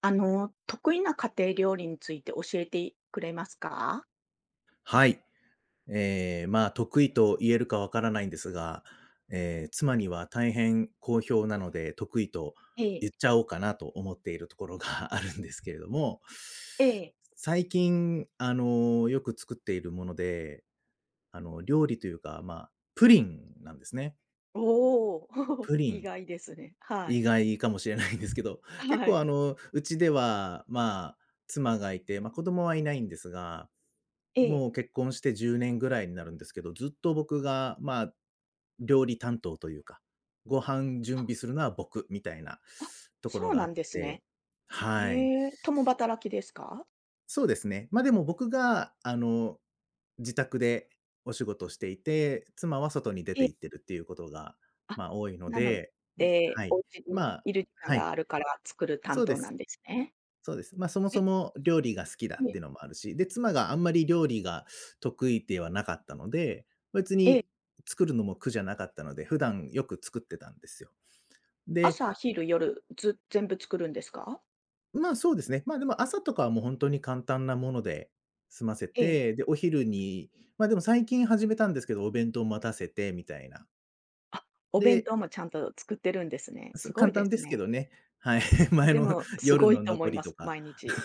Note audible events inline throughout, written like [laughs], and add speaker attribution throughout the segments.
Speaker 1: あの、得意な家庭料理について教えてくれますか？
Speaker 2: はい。得意と言えるかわからないんですが、妻には大変好評なので、得意と
Speaker 1: ええ、
Speaker 2: 言っちゃおうかなと思っているところが [laughs] あるんですけれども、
Speaker 1: ええ。
Speaker 2: 最近、よく作っているもので、料理というか、まあ、プリンなんですね。
Speaker 1: おお、
Speaker 2: プ
Speaker 1: [laughs]
Speaker 2: リ
Speaker 1: 意
Speaker 2: ン、
Speaker 1: 外ですね。はい。
Speaker 2: 意外かもしれないんですけど、結
Speaker 1: は
Speaker 2: 構、
Speaker 1: い。
Speaker 2: うちでは、まあ、妻がいて、ま、子供はいないんですが、
Speaker 1: ええ。
Speaker 2: もう結婚して10年ぐらいになるんですけど、ずっと僕が、まあ、料理担当というか、ご飯準
Speaker 1: あ、
Speaker 2: 備するのは僕みたいな
Speaker 1: あ、
Speaker 2: ところ
Speaker 1: そう
Speaker 2: があ
Speaker 1: な
Speaker 2: っ
Speaker 1: んです
Speaker 2: て、
Speaker 1: ね。
Speaker 2: はい。
Speaker 1: へえ、共働きですか？
Speaker 2: そうですね。ま、でも僕が、自宅でお仕事をしていて、妻は外に出
Speaker 1: え
Speaker 2: て
Speaker 1: え、
Speaker 2: 行ってるっていうことが、
Speaker 1: あ、
Speaker 2: まあ、多いの
Speaker 1: なの
Speaker 2: で、
Speaker 1: で、
Speaker 2: は
Speaker 1: お
Speaker 2: い。
Speaker 1: 家
Speaker 2: ま
Speaker 1: に
Speaker 2: あ
Speaker 1: いる時間
Speaker 2: は
Speaker 1: が
Speaker 2: い、
Speaker 1: あるから作る
Speaker 2: そ
Speaker 1: 担
Speaker 2: う
Speaker 1: 当
Speaker 2: で
Speaker 1: な
Speaker 2: す
Speaker 1: んですね。
Speaker 2: そうです。ま、そもそ
Speaker 1: え、
Speaker 2: も料理が好きだっ
Speaker 1: ええ、
Speaker 2: ていうのもあるし、で、妻があんまり料理が得意ではなかったので、別
Speaker 1: ええ、
Speaker 2: に作るのも苦じゃなかったので、普段よく作ってたんですよ。で、
Speaker 1: 朝、昼、夜、ず全部作るんですか？
Speaker 2: ま、そうですね、ま、でも朝とかはもう本当に簡単なもので済ませ
Speaker 1: ええ。
Speaker 2: て、で、お昼にま、でも最近始めたんですけど、お弁当待たせてみたいな。
Speaker 1: あ、お弁
Speaker 2: で
Speaker 1: 当もちゃんと作ってるんですね。すごい
Speaker 2: 簡
Speaker 1: で
Speaker 2: 単で
Speaker 1: す
Speaker 2: すけ
Speaker 1: ね。
Speaker 2: どね。はい。
Speaker 1: あ、
Speaker 2: [laughs] 前
Speaker 1: で
Speaker 2: の
Speaker 1: も、す
Speaker 2: 夜
Speaker 1: ごい
Speaker 2: の
Speaker 1: と思
Speaker 2: 残
Speaker 1: いま
Speaker 2: りと
Speaker 1: す、
Speaker 2: か。
Speaker 1: 毎日。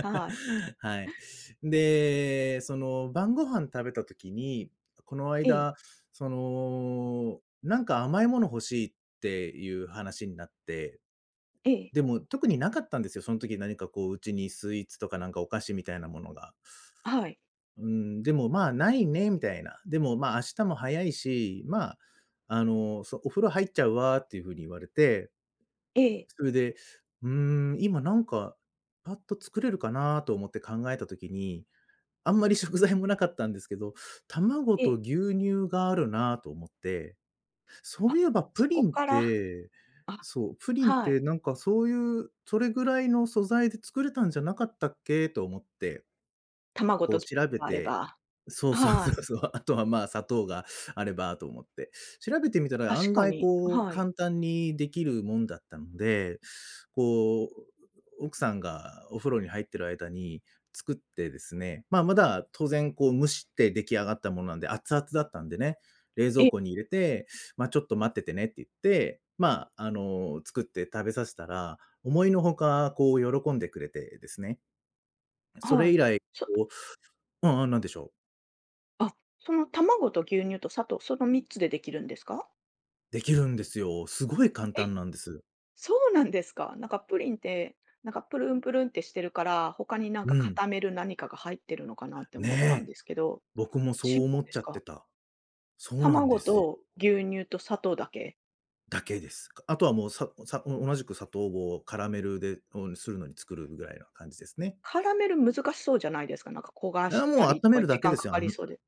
Speaker 1: はい。
Speaker 2: はい。で、その、晩ご飯食べた時に、この
Speaker 1: ええ、
Speaker 2: 間、その、なんか甘いもの欲しいっていう話になって、
Speaker 1: ええ、
Speaker 2: でも特になかったんですよ。その時何かこう、うちにスイーツとかなんかお菓子みたいなものが。
Speaker 1: はい、
Speaker 2: うん、でも、まあ、ないね、みたいな。でも、まあ、明日も早いし、まあ、お風呂入っちゃうわっていう風に言われて、
Speaker 1: ええ、
Speaker 2: それで、うーん、今なんか、パッと作れるかなと思って考えた時に、あんまり食材もなかったんですけど、卵
Speaker 1: え
Speaker 2: と
Speaker 1: え。
Speaker 2: 牛乳があるなと思って、そ
Speaker 1: あ、
Speaker 2: ういえばプ
Speaker 1: そ
Speaker 2: リ
Speaker 1: こ
Speaker 2: ンっ
Speaker 1: から
Speaker 2: て、
Speaker 1: あ、
Speaker 2: そう、プリンっ
Speaker 1: はい。
Speaker 2: てなんかそういう、それぐらいの素材で作れたんじゃなかったっけと思って。
Speaker 1: 卵
Speaker 2: こ
Speaker 1: と
Speaker 2: う
Speaker 1: 牛
Speaker 2: 調
Speaker 1: 乳
Speaker 2: べ
Speaker 1: があれ
Speaker 2: て
Speaker 1: ば、
Speaker 2: [laughs] そうそうそ
Speaker 1: は
Speaker 2: う
Speaker 1: い、
Speaker 2: そう。[laughs] あとは、まあ、砂糖があればと思って。調べてみたら
Speaker 1: 確
Speaker 2: 案
Speaker 1: か
Speaker 2: 外
Speaker 1: に、
Speaker 2: こう
Speaker 1: はい。
Speaker 2: 簡単にできるもんだったので、こう、奥さんがお風呂に入ってる間に作ってですね、まあ、まだ当然こう蒸して出来上がったものなんで、熱々だったんでね、冷蔵
Speaker 1: え、
Speaker 2: 庫に入れて、ま、ちょっと待っててねって言って、まあ、作って食べさせたら、思いのほかこう喜んでくれてですね。そ
Speaker 1: は
Speaker 2: れ以
Speaker 1: い。
Speaker 2: 来、
Speaker 1: そ
Speaker 2: こううんうん、なんでしょう？
Speaker 1: あ、その卵と牛乳と砂糖、その3つでできるんですか？
Speaker 2: できるんですよ。すごい簡
Speaker 1: え、
Speaker 2: 単なんです。
Speaker 1: そうなんですか。なんかプリンって、なんかプルンプルンってしてるから、他になん
Speaker 2: う
Speaker 1: か
Speaker 2: ん。
Speaker 1: 固める何かが入ってるのかなって思ったん
Speaker 2: ね
Speaker 1: で
Speaker 2: え。
Speaker 1: すけど、
Speaker 2: 僕もそ
Speaker 1: 違うん
Speaker 2: う思っ
Speaker 1: で
Speaker 2: ち
Speaker 1: す
Speaker 2: ゃっ
Speaker 1: か？
Speaker 2: てた。そうなんで
Speaker 1: 卵
Speaker 2: すよ。
Speaker 1: と牛乳と砂糖だけ？
Speaker 2: だけです。あとはもう、同じく砂糖棒をカラメルで、うん、するのに作るぐらいな感じですね。
Speaker 1: 絡める難しそうじゃないですか？なんか焦がし
Speaker 2: もう
Speaker 1: たりと
Speaker 2: 温め
Speaker 1: か
Speaker 2: るだ
Speaker 1: 時
Speaker 2: け
Speaker 1: 間
Speaker 2: で
Speaker 1: か
Speaker 2: すよ。
Speaker 1: か
Speaker 2: あ
Speaker 1: り
Speaker 2: ん
Speaker 1: そうで。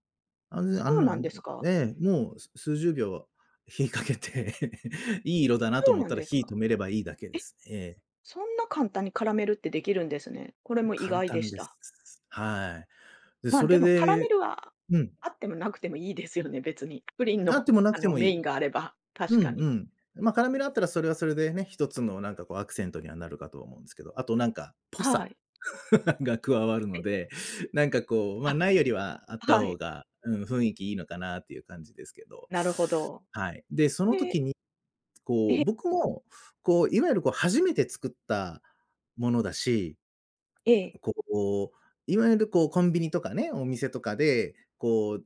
Speaker 2: あん
Speaker 1: そ
Speaker 2: あん
Speaker 1: うなんで
Speaker 2: な
Speaker 1: すか？
Speaker 2: ええ、もうす数十秒火かけて [laughs]、いい色だなと
Speaker 1: そう
Speaker 2: 思っ
Speaker 1: なん
Speaker 2: たら
Speaker 1: です
Speaker 2: 火
Speaker 1: か？
Speaker 2: 止めればいいだけで
Speaker 1: え、
Speaker 2: す。ええ、
Speaker 1: そんな簡単に絡めるってできるんですね。これも意
Speaker 2: 簡
Speaker 1: 外で
Speaker 2: 単
Speaker 1: し
Speaker 2: で
Speaker 1: た。
Speaker 2: す。はい。で、
Speaker 1: まあ、
Speaker 2: そ
Speaker 1: で
Speaker 2: れ
Speaker 1: も絡め
Speaker 2: で
Speaker 1: るは
Speaker 2: うん。
Speaker 1: あってもなくてもいいですよね、別に。プリン
Speaker 2: あっ
Speaker 1: の、
Speaker 2: てもな
Speaker 1: あ
Speaker 2: くて
Speaker 1: の、
Speaker 2: もい
Speaker 1: メイ
Speaker 2: い。
Speaker 1: ンがあれば、
Speaker 2: う
Speaker 1: 確
Speaker 2: んう
Speaker 1: かに。
Speaker 2: ん。まあ、辛みがあったらそれはそれでね、一つのなんかこうアクセントにはなるかと思うんですけど、あとなんか、ぽ
Speaker 1: は
Speaker 2: さ
Speaker 1: い。
Speaker 2: [laughs] が加わる
Speaker 1: え、
Speaker 2: ので、なんかこう、まあ、
Speaker 1: あ、
Speaker 2: ないよりはあった
Speaker 1: は
Speaker 2: 方
Speaker 1: い、
Speaker 2: が、うん、雰囲気いいのかなっていう感じですけど。
Speaker 1: なるほど。
Speaker 2: はい。で、その
Speaker 1: え
Speaker 2: 時
Speaker 1: え
Speaker 2: に、こう、僕も、こう、いわゆるこう初めて作ったものだし、
Speaker 1: ええ、
Speaker 2: こう、いわゆるこうコンビニとかね、お店とかで、こう、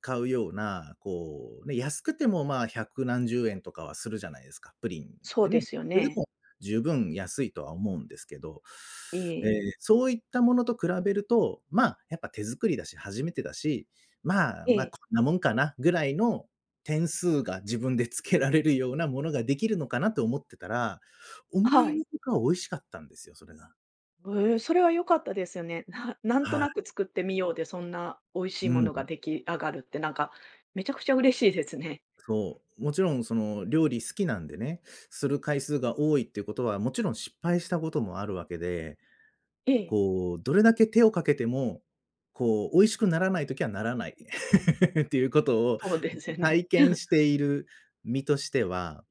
Speaker 2: 買うような、こう、ね、安くてもまあ百何十円とかはするじゃないですか、プリンっ
Speaker 1: そう
Speaker 2: てね。
Speaker 1: ですよ
Speaker 2: それで
Speaker 1: ね。
Speaker 2: も十分安いとは思うんですけど、
Speaker 1: ええ、
Speaker 2: そういったものと比べると、まあ、やっぱ手作りだし、初めてだし、まあ、
Speaker 1: え
Speaker 2: まあ、
Speaker 1: え、
Speaker 2: こんなもんかなぐらいの点数が自分でつけられるようなものができるのかなと思ってたら、思
Speaker 1: は
Speaker 2: い
Speaker 1: い。
Speaker 2: のほか美味しかったんですよ、それが。
Speaker 1: ええ、それは良かったですよね。[laughs] なんと
Speaker 2: はい。
Speaker 1: なく作ってみようで、そんな美味しい
Speaker 2: う
Speaker 1: も
Speaker 2: ん。
Speaker 1: のが出来上がるってなんか、めちゃくちゃ嬉しいですね。
Speaker 2: そう、もちろんその料理好きなんでね、する回数が多いっていうことは、もちろん失敗したこともあるわけで、
Speaker 1: [laughs] ええ、
Speaker 2: こう、どれだけ手をかけても、こう、美味しくならないときはならない [laughs] っていうことを
Speaker 1: そうですよね。
Speaker 2: 体験
Speaker 1: [laughs]
Speaker 2: している身としては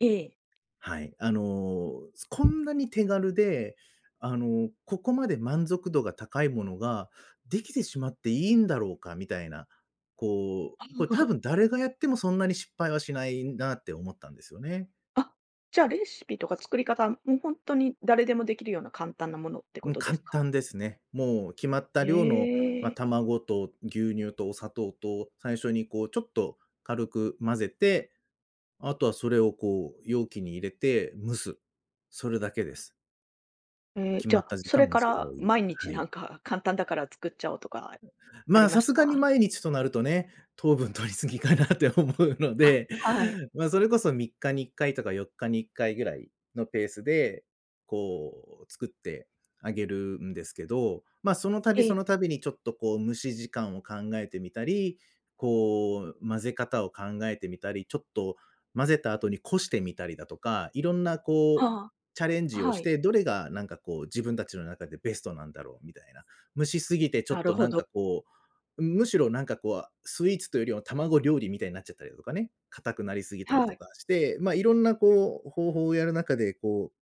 Speaker 1: ええ。
Speaker 2: はい。こんなに手軽で、ここまで満足度が高いものができてしまっていいんだろうかみたいな、こう、これ多分
Speaker 1: [laughs]
Speaker 2: 誰がやってもそんなに失敗はしないなって思ったんですよね。
Speaker 1: あ、じゃあレシピとか作り方、もうほんとに誰でもできるような簡単なものってこ
Speaker 2: もう
Speaker 1: とで
Speaker 2: 簡
Speaker 1: すか？
Speaker 2: 単ですね。もう決まった
Speaker 1: え
Speaker 2: 量の、まあ、
Speaker 1: え。
Speaker 2: 卵と牛乳とお砂糖と最初にこうちょっと軽く混ぜて、あとはそれをこう容器に入れて蒸す。それだけです。
Speaker 1: ええ、
Speaker 2: 決
Speaker 1: じゃ
Speaker 2: まっ
Speaker 1: あ、
Speaker 2: た時
Speaker 1: それ
Speaker 2: 間蒸
Speaker 1: か
Speaker 2: せば
Speaker 1: ら
Speaker 2: いい。
Speaker 1: 毎日
Speaker 2: はい。
Speaker 1: なんか簡単だから作っちゃおうとかあ
Speaker 2: ま
Speaker 1: り
Speaker 2: あ、
Speaker 1: ま
Speaker 2: さ
Speaker 1: し
Speaker 2: すがに
Speaker 1: た？
Speaker 2: 毎日となるとね、糖分取り過ぎかなって思うの
Speaker 1: あ、
Speaker 2: で、
Speaker 1: はい。
Speaker 2: [laughs] まあ、それこそ3日に1回とか4日に1回ぐらいのペースで、こう作ってあげるんですけど、ま、その度
Speaker 1: ええ。
Speaker 2: その度にちょっとこう蒸し時間を考えてみたり、こう混ぜ方を考えてみたり、ちょっと混ぜた後にこしてみたりだとか、いろんなこう
Speaker 1: は
Speaker 2: チャレン
Speaker 1: あ、
Speaker 2: ジを
Speaker 1: は
Speaker 2: し
Speaker 1: い。
Speaker 2: て、どれがなんかこう自分たちの中でベストなんだろうみたいな。蒸しすぎてちょ
Speaker 1: な
Speaker 2: っ
Speaker 1: る
Speaker 2: と
Speaker 1: ほ
Speaker 2: なん
Speaker 1: ど。
Speaker 2: かこうむしろなんかこう、スイーツというよりは卵料理みたいになっちゃったりだとかね、硬くなりすぎたり
Speaker 1: は
Speaker 2: と
Speaker 1: い。
Speaker 2: かして、まあ、いろんなこう、方法をやる中で、こう、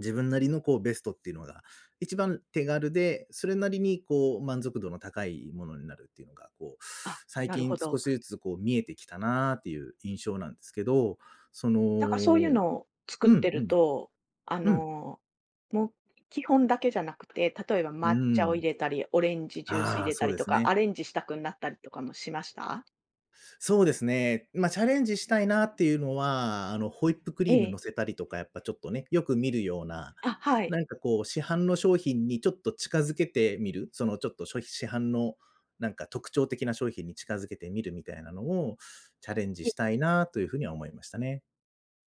Speaker 2: 自分なりのこうベストっていうのが、一番手軽で、それなりにこう満足度の高いものになるっていうのが、こう、
Speaker 1: あ、
Speaker 2: 最
Speaker 1: なるほ
Speaker 2: 近少
Speaker 1: ど。
Speaker 2: しずつこう見えてきたなっていう印象なんですけど、そのう
Speaker 1: なんかそういう
Speaker 2: ん
Speaker 1: のを作っ
Speaker 2: う
Speaker 1: てる
Speaker 2: ん、
Speaker 1: と、あ
Speaker 2: うん、
Speaker 1: の、もう基本だけじゃなくて、例えば
Speaker 2: う
Speaker 1: 抹
Speaker 2: ー
Speaker 1: 茶を入
Speaker 2: ん。
Speaker 1: れたり、オレンジジュース
Speaker 2: あ
Speaker 1: 入
Speaker 2: あ、
Speaker 1: れた
Speaker 2: そう
Speaker 1: り
Speaker 2: で
Speaker 1: と
Speaker 2: す
Speaker 1: か、ア
Speaker 2: ね。
Speaker 1: レンジしたくなったりとかもしました？
Speaker 2: そうですね。まあ、チャレンジしたいなっていうのは、ホイップク
Speaker 1: え
Speaker 2: リーム乗せ
Speaker 1: え。
Speaker 2: たりとか、やっぱちょっとね、よく見るような、
Speaker 1: あ、はい。
Speaker 2: なんかこう、市販の商品にちょっと近づけてみる、その、ちょっと市販のなんか特徴的な商品に近づけてみるみたいなのをチャレンジし
Speaker 1: い
Speaker 2: たいなというふうには思いましたね。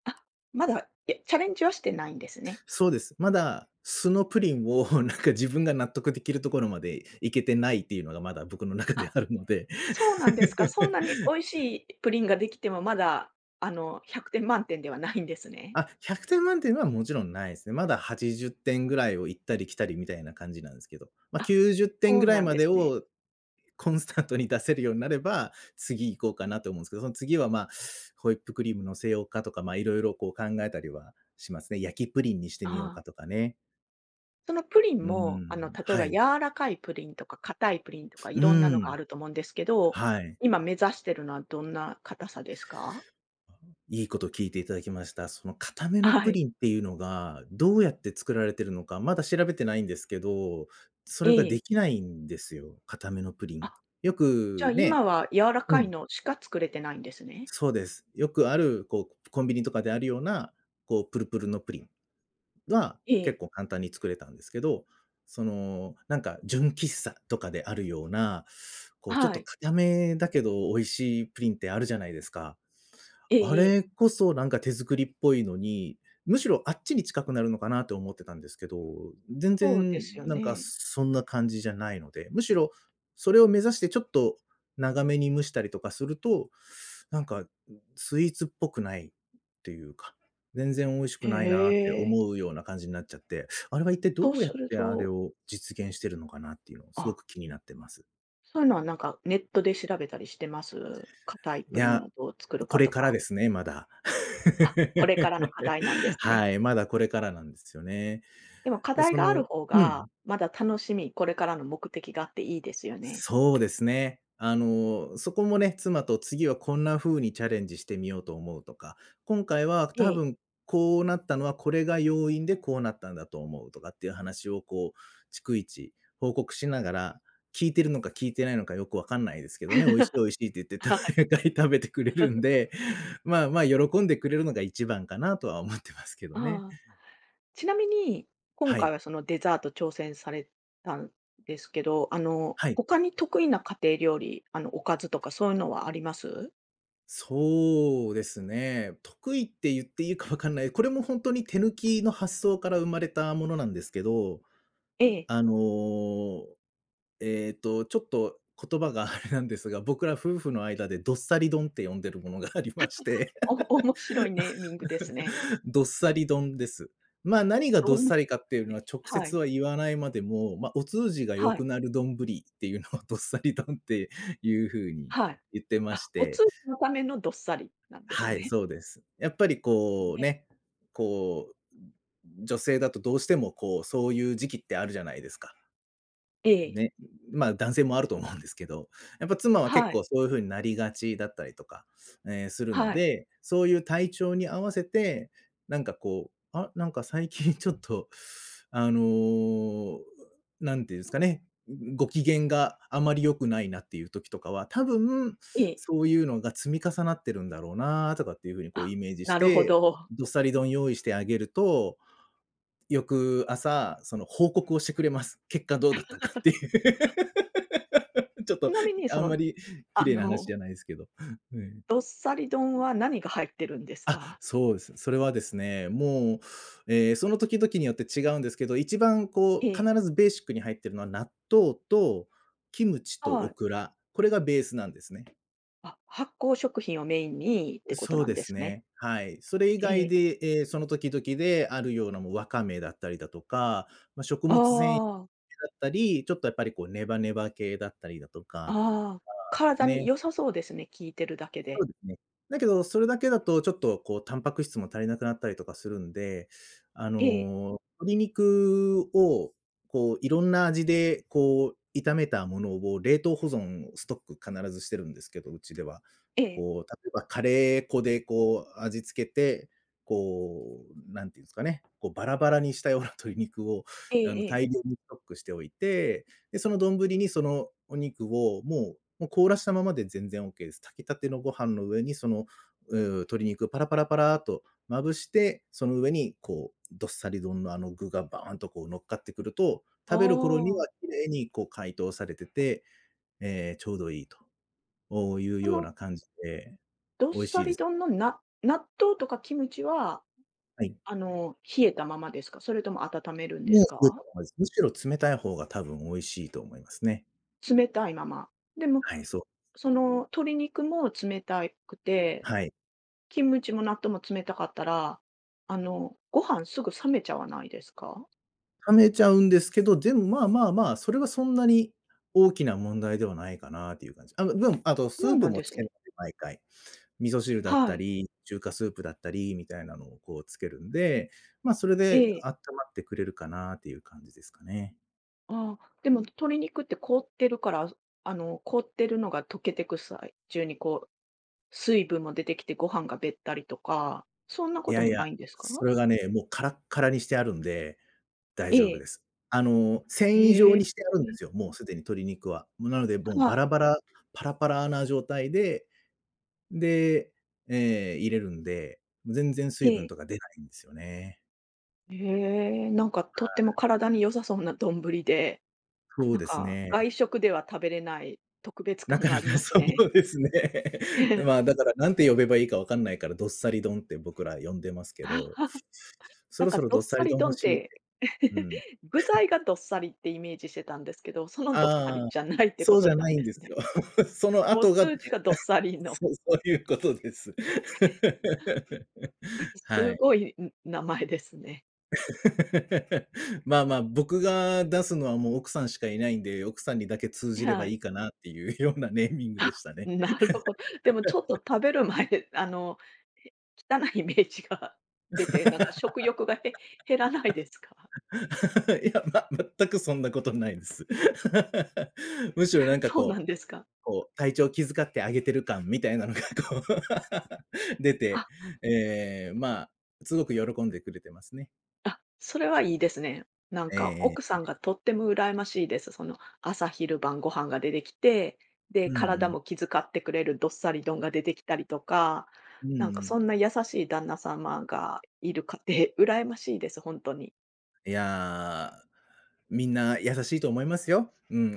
Speaker 1: あ、まだ、え、チャレンジはしてないんですね。
Speaker 2: そうです。まだ素のプリンを [laughs] なんか自分が納得できるところまでいけてないっていうのがまだ僕の中で
Speaker 1: あ、
Speaker 2: あるので。
Speaker 1: そうなんですか。そんなに美味しいプリンができても、まだあの100点満点ではないんですね。
Speaker 2: あ、100点満点はもちろんないですね。まだ80点ぐらいを行ったり来たりみたいな感じなんですけど、まあ、
Speaker 1: あ、
Speaker 2: 90点
Speaker 1: そう
Speaker 2: ぐら
Speaker 1: な
Speaker 2: い
Speaker 1: ん
Speaker 2: ま
Speaker 1: で
Speaker 2: で
Speaker 1: すね。
Speaker 2: をコンスタントに出せるようになれば、次行こうかなと思うんですけど、その次は、まあ、ホイップクリーム乗せようかとか、まあ、いろいろこう考えたりはしますね。焼きプリンにしてみよう
Speaker 1: あ
Speaker 2: か
Speaker 1: あ。
Speaker 2: とかね。
Speaker 1: そのプリン
Speaker 2: う
Speaker 1: も、あの、
Speaker 2: ん、
Speaker 1: 例え
Speaker 2: は
Speaker 1: ば柔
Speaker 2: い。
Speaker 1: らかいプリンとか硬いプリンとかい
Speaker 2: う
Speaker 1: ろんなの
Speaker 2: ー
Speaker 1: があ
Speaker 2: ん、
Speaker 1: ると思うんですけど、
Speaker 2: はい。
Speaker 1: 今目指してるのはどんな硬さですか？
Speaker 2: いいこと聞いていただきました。その固め
Speaker 1: [laughs]
Speaker 2: の
Speaker 1: は
Speaker 2: プ
Speaker 1: い。
Speaker 2: リンっていうのが、どうやって作られてるのか、まだ調べてないんですけど、それが
Speaker 1: え
Speaker 2: で
Speaker 1: え。
Speaker 2: きないんですよ、固めのプリン。
Speaker 1: あ、
Speaker 2: よ
Speaker 1: じゃあ
Speaker 2: くね
Speaker 1: 今は柔ら
Speaker 2: う
Speaker 1: かい
Speaker 2: ん、
Speaker 1: のしか作れてないんですね。
Speaker 2: そうです。よくある、こう、コンビニとかであるような、こう、プルプルのプリンは
Speaker 1: ええ。
Speaker 2: 結構簡単に作れたんですけど、その、なんか純喫茶とかであるような、こう、ちょっ
Speaker 1: は
Speaker 2: と
Speaker 1: い。
Speaker 2: 固めだけど美味しいプリンってあるじゃないですか。
Speaker 1: え
Speaker 2: あ
Speaker 1: えええ。
Speaker 2: れこそなんか手作りっぽいのに、むしろあっちに近くなるのかなと思ってたんですけど、全
Speaker 1: そうで
Speaker 2: 然
Speaker 1: すよ
Speaker 2: なんか
Speaker 1: ね。
Speaker 2: そんな感じじゃないので、むしろそれを目指してちょっと長めに蒸したりとかすると、なんかスイーツっぽくないっていうか、全然美味し
Speaker 1: へ
Speaker 2: くないなって
Speaker 1: え。
Speaker 2: 思うような感じになっちゃって、あれは一体
Speaker 1: そ
Speaker 2: ど
Speaker 1: う
Speaker 2: うや
Speaker 1: す
Speaker 2: っ
Speaker 1: る
Speaker 2: てあれ
Speaker 1: と
Speaker 2: を実現してるのかなっていうのをすご
Speaker 1: あ、
Speaker 2: く気になってますね。
Speaker 1: そういうのはなんかネットで調べたりしてます？硬い
Speaker 2: い
Speaker 1: プリンを
Speaker 2: や、
Speaker 1: どう作る
Speaker 2: こ
Speaker 1: か
Speaker 2: れ
Speaker 1: と
Speaker 2: から
Speaker 1: か。
Speaker 2: ですね、まだ。
Speaker 1: あ、これからの課題なんです
Speaker 2: [laughs]
Speaker 1: ね。
Speaker 2: はい、まだこれからなんですよね。
Speaker 1: でも課
Speaker 2: で、
Speaker 1: 題
Speaker 2: そ
Speaker 1: がある
Speaker 2: の、
Speaker 1: 方
Speaker 2: う
Speaker 1: が、
Speaker 2: ん。
Speaker 1: まだ楽しみ、これからの目的があっていいですよね。
Speaker 2: そうですね。そこもね、妻と次はこんな風にチャレンジしてみようと思うとか、今回は
Speaker 1: え
Speaker 2: 多
Speaker 1: え。
Speaker 2: 分こうなったのはこれが要因でこうなったんだと思うとかっていう話をこう、逐一報告しながら、聞いてるのか聞いてないのかよくわかんないですけどね、美味しい美味しいって言っ
Speaker 1: [laughs]
Speaker 2: て、
Speaker 1: はい。
Speaker 2: 毎回食べてくれるんで、まあまあ喜んでくれるのが一番かなとは思ってますけどね。
Speaker 1: ああ、ちなみに、今
Speaker 2: は
Speaker 1: 回
Speaker 2: い。
Speaker 1: はそのデザート挑戦されたんですけど、あの、
Speaker 2: はい。
Speaker 1: 他に得意な家庭料理、あの、おかずとかそういうのはあります
Speaker 2: そうですね。得意って言っていいかわかんない。これも本当に手抜きの発想から生まれたものなんですけど、
Speaker 1: ええ。
Speaker 2: あの、ちょっと言葉が [laughs] あれなんですが、僕ら夫婦の間でどっさり丼って呼んでるものが [laughs] ありまして、
Speaker 1: お [laughs] 面白いネーミングですね。
Speaker 2: [laughs] どっさり丼です。まあ、何が
Speaker 1: ど
Speaker 2: どっ
Speaker 1: んね。
Speaker 2: さりかっていうのは直
Speaker 1: は
Speaker 2: 接
Speaker 1: い。
Speaker 2: は言わないまでも、ま、お通じが良
Speaker 1: はい。
Speaker 2: くなる丼っていうのをどっさり丼っていう風に
Speaker 1: はい。
Speaker 2: 言ってま
Speaker 1: あ、
Speaker 2: し
Speaker 1: お通
Speaker 2: て、
Speaker 1: じのためのどっさりなんです
Speaker 2: はい、
Speaker 1: ね。
Speaker 2: そうです。やっぱり
Speaker 1: [laughs]
Speaker 2: こう
Speaker 1: ね
Speaker 2: ね、こう、女性だとどうしてもこう、そういう時期ってあるじゃないですか。
Speaker 1: ええ。
Speaker 2: ね、まあ、男性もあると思うんですけど、やっぱ妻は結
Speaker 1: はい。
Speaker 2: 構そういう風になりがちだったりとか、え、するの
Speaker 1: はい。
Speaker 2: で、そういう体調に合わせて、なんかこう、あ、なんか最近ちょっと、あの、なんていうんですかね、ご機嫌があまり良くないなっていう時とかは、多分
Speaker 1: ええ。
Speaker 2: そういうのが積み重なってるんだろうなとかっていう風にこう
Speaker 1: あ、
Speaker 2: イメージし
Speaker 1: なるほ
Speaker 2: て、
Speaker 1: ど。
Speaker 2: どっさり丼用意してあげると、翌朝、その報告をしてくれます。結果どうだったかっていう。[laughs] ちょっ
Speaker 1: ち
Speaker 2: と
Speaker 1: なみにそ
Speaker 2: あんま
Speaker 1: の
Speaker 2: り綺
Speaker 1: あ
Speaker 2: 麗な話
Speaker 1: の、
Speaker 2: じゃないですけど。うん。
Speaker 1: どっさり丼は何が入ってるんです
Speaker 2: あ、
Speaker 1: か？
Speaker 2: そうです。それはですね、もう、その時々によって違うんですけど、一番
Speaker 1: え
Speaker 2: こう
Speaker 1: え、
Speaker 2: 必ずベーシックに入ってるのは納豆とキムチと
Speaker 1: は
Speaker 2: オ
Speaker 1: い。
Speaker 2: クラ、これがベースなんですね。
Speaker 1: あ、発酵食品をメインにってこと
Speaker 2: そ
Speaker 1: な
Speaker 2: う
Speaker 1: ん
Speaker 2: で
Speaker 1: で
Speaker 2: す
Speaker 1: すね。
Speaker 2: ね。はい。それ以
Speaker 1: え
Speaker 2: 外
Speaker 1: え。
Speaker 2: で、その時々であるようなもうわかめだったりだとか、まあ、食
Speaker 1: あ
Speaker 2: 物繊だ
Speaker 1: あ、
Speaker 2: ったり、ちょっとやっぱりこうネバネバ系だったりだとか
Speaker 1: ああ、
Speaker 2: です
Speaker 1: 体に
Speaker 2: ね。
Speaker 1: 良さそうですね、聞いてるだけ
Speaker 2: そ
Speaker 1: で。
Speaker 2: うですね。だけど、それだけだとちょっとこうタンパク質も足りなくなったりとかするんで、
Speaker 1: ええ、
Speaker 2: 鶏肉をこういろんな味でこう炒めたものを冷凍保存ストック必ずしてるんですけど、うちでは。
Speaker 1: ええ、
Speaker 2: こう例えばカレー粉でこう味付けて、こう、なんていうんですかね、こうバラバラにしたような鶏肉を
Speaker 1: え
Speaker 2: あ
Speaker 1: え
Speaker 2: の
Speaker 1: ええ。
Speaker 2: 大量にストックしておいて、で、その丼にそのお肉をもう凍らしたままで全然オ k ケーです。炊きたてのご飯の上にその、鶏肉をパラパラパラーとまぶして、その上にこう、どっさり丼のあの具がバーンとこう乗っかってくると、
Speaker 1: あ
Speaker 2: 食べる頃に
Speaker 1: あ、
Speaker 2: は綺麗にこう解凍されてて、ええ、ちょうどいいと、いう
Speaker 1: そ
Speaker 2: よう
Speaker 1: の
Speaker 2: な感じで、
Speaker 1: どっ
Speaker 2: 美味
Speaker 1: さ
Speaker 2: しいで
Speaker 1: り
Speaker 2: す。
Speaker 1: 丼の納豆とかキムチは、
Speaker 2: はい。
Speaker 1: あの、冷えたままですか？それとも温めるんで
Speaker 2: も
Speaker 1: すか？
Speaker 2: う冷えたままです。むしろ冷たい方が多分美味しいと思いますね。
Speaker 1: 冷たいまま。でも、
Speaker 2: はい、そう。
Speaker 1: その、鶏肉も冷たいくて
Speaker 2: はい。
Speaker 1: キムチも納豆も冷たかったら、あの、ご飯すぐ冷めちゃわないですか？
Speaker 2: 貯めちゃうんですけど、でも、まあまあまあ、それはそんなに大きな問題ではないかなっていう感じ。あの、でも、あとス
Speaker 1: そう
Speaker 2: ープ
Speaker 1: なん
Speaker 2: も
Speaker 1: で
Speaker 2: つ
Speaker 1: す
Speaker 2: け
Speaker 1: ね。
Speaker 2: るので、毎回。味噌汁だっ
Speaker 1: は
Speaker 2: た
Speaker 1: い。
Speaker 2: り、中華スープだったりみたいなのをこうつけるんで、ま、あそれ
Speaker 1: え
Speaker 2: で
Speaker 1: え。
Speaker 2: あったまってくれるかなっていう感じですかね。
Speaker 1: ああ、でも鶏肉って凍ってるから、あの、凍ってるのが溶けてく際中にこう、水分も出てきてご飯がべったりとか、そんな
Speaker 2: い
Speaker 1: こと
Speaker 2: やい
Speaker 1: もな
Speaker 2: や、
Speaker 1: いんですか？
Speaker 2: それがね、もうカラッカラにしてあるんで、大
Speaker 1: え
Speaker 2: 丈夫
Speaker 1: え。
Speaker 2: です。あの、繊維
Speaker 1: へ
Speaker 2: 状
Speaker 1: え。
Speaker 2: にしてあるんで
Speaker 1: え、
Speaker 2: すよ、もうすでに鶏肉は。もうなので、もう
Speaker 1: は
Speaker 2: バ
Speaker 1: い。
Speaker 2: ラバラ、パラパラな状態でで、入れるんで、全然水分
Speaker 1: え
Speaker 2: と
Speaker 1: え。
Speaker 2: か出ないんですよね。
Speaker 1: へえ、なんかとっても体に良さそうな丼で、
Speaker 2: そう
Speaker 1: なん
Speaker 2: です
Speaker 1: か
Speaker 2: ね。
Speaker 1: 外食では食べれない特別
Speaker 2: な
Speaker 1: 感
Speaker 2: か
Speaker 1: があ
Speaker 2: な
Speaker 1: り
Speaker 2: か [laughs]
Speaker 1: ます
Speaker 2: そ
Speaker 1: ね。
Speaker 2: うですね。[laughs] まあ、
Speaker 1: [laughs]
Speaker 2: だからなんて呼べばいいかわかんないから、どっさり丼って僕ら呼んでますけど、そ
Speaker 1: なん
Speaker 2: ろ
Speaker 1: か
Speaker 2: そろ
Speaker 1: どっ
Speaker 2: どっさ
Speaker 1: さ
Speaker 2: り
Speaker 1: り
Speaker 2: 丼欲
Speaker 1: 丼っ
Speaker 2: しいっ
Speaker 1: て
Speaker 2: て、うん。
Speaker 1: [laughs]、具材がどっさりってイメージしてたんですけど、そのどっさり
Speaker 2: ああ、
Speaker 1: じゃないってこ
Speaker 2: そう
Speaker 1: と
Speaker 2: じゃ
Speaker 1: な
Speaker 2: な
Speaker 1: ん
Speaker 2: い
Speaker 1: で
Speaker 2: んで
Speaker 1: す
Speaker 2: す
Speaker 1: ね。
Speaker 2: よ。[laughs] その
Speaker 1: お
Speaker 2: 後が
Speaker 1: 通じがどっさりの、
Speaker 2: そう、そういうことです。[laughs]
Speaker 1: [laughs]
Speaker 2: は
Speaker 1: す
Speaker 2: い。
Speaker 1: ごい、ん、名前ですね。
Speaker 2: [laughs] まあまあ、僕が出すのはもう奥さんしかいないんで、奥さんにだけ通じれ
Speaker 1: は
Speaker 2: ばい
Speaker 1: い。
Speaker 2: いかなっていう [laughs] ようなネーミング
Speaker 1: あ、
Speaker 2: でしたね。
Speaker 1: なるほど、でもちょっと食べる前、[laughs] あの、へ汚いイメージが出て、なんか食欲が減らないですか？
Speaker 2: [laughs] いや、ま、全くそんなことないです。[laughs] むしろな
Speaker 1: [laughs]
Speaker 2: んか
Speaker 1: そうな
Speaker 2: こ
Speaker 1: ん
Speaker 2: う
Speaker 1: ですか。
Speaker 2: こう体調気遣ってあげてる感みたいなのがこう [laughs] 出て、
Speaker 1: あ
Speaker 2: まあ、すごく喜んでくれてますね。
Speaker 1: あ、それはいいですね。なんか
Speaker 2: え
Speaker 1: 奥
Speaker 2: ー
Speaker 1: さんがとっても羨ましいです。その朝昼晩ご飯が出てきて、で、
Speaker 2: うんう
Speaker 1: 体
Speaker 2: ん。
Speaker 1: も気遣ってくれるどっさり丼が出てきたりとか、
Speaker 2: うん
Speaker 1: なん
Speaker 2: う
Speaker 1: かそんな
Speaker 2: ん。
Speaker 1: 優しい旦那様がいる家庭、[laughs] 羨ましいです、本当に。
Speaker 2: いやー、みんな優しいと思いますよ。うん。[laughs]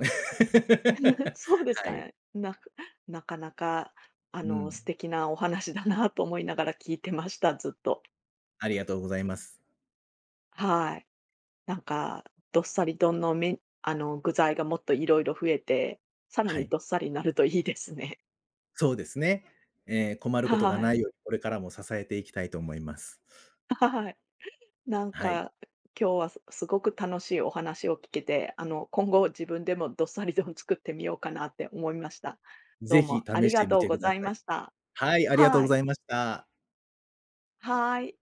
Speaker 1: [laughs] そうです
Speaker 2: は
Speaker 1: か
Speaker 2: い。
Speaker 1: ね。なかなかあ
Speaker 2: う
Speaker 1: の、
Speaker 2: ん。
Speaker 1: 素敵なお話だなと思いながら聞いてました、ずっと。
Speaker 2: ありがとうございます。
Speaker 1: はい。なんか、どっさり丼のあの、具材がもっといろいろ増えて、さら
Speaker 2: は
Speaker 1: に
Speaker 2: い。
Speaker 1: どっさりになるといいですね。
Speaker 2: そうですね。ええ、困
Speaker 1: [laughs]
Speaker 2: ることが
Speaker 1: は
Speaker 2: な
Speaker 1: い。
Speaker 2: いように、これからも支えていきたいと思います。
Speaker 1: はい。なん
Speaker 2: はい。
Speaker 1: か、今日はすごく楽しいお話を聞けて、あの、今後自分でもどっさり丼作ってみようかなって思いました。ど
Speaker 2: ぜ
Speaker 1: う
Speaker 2: ひ
Speaker 1: もあ
Speaker 2: 試
Speaker 1: り
Speaker 2: し
Speaker 1: が
Speaker 2: てみ
Speaker 1: とう
Speaker 2: て
Speaker 1: ご
Speaker 2: くだ
Speaker 1: ざい
Speaker 2: さい。
Speaker 1: ました。
Speaker 2: はい、ありがとう
Speaker 1: は
Speaker 2: ご
Speaker 1: い。
Speaker 2: ざいました。
Speaker 1: はい。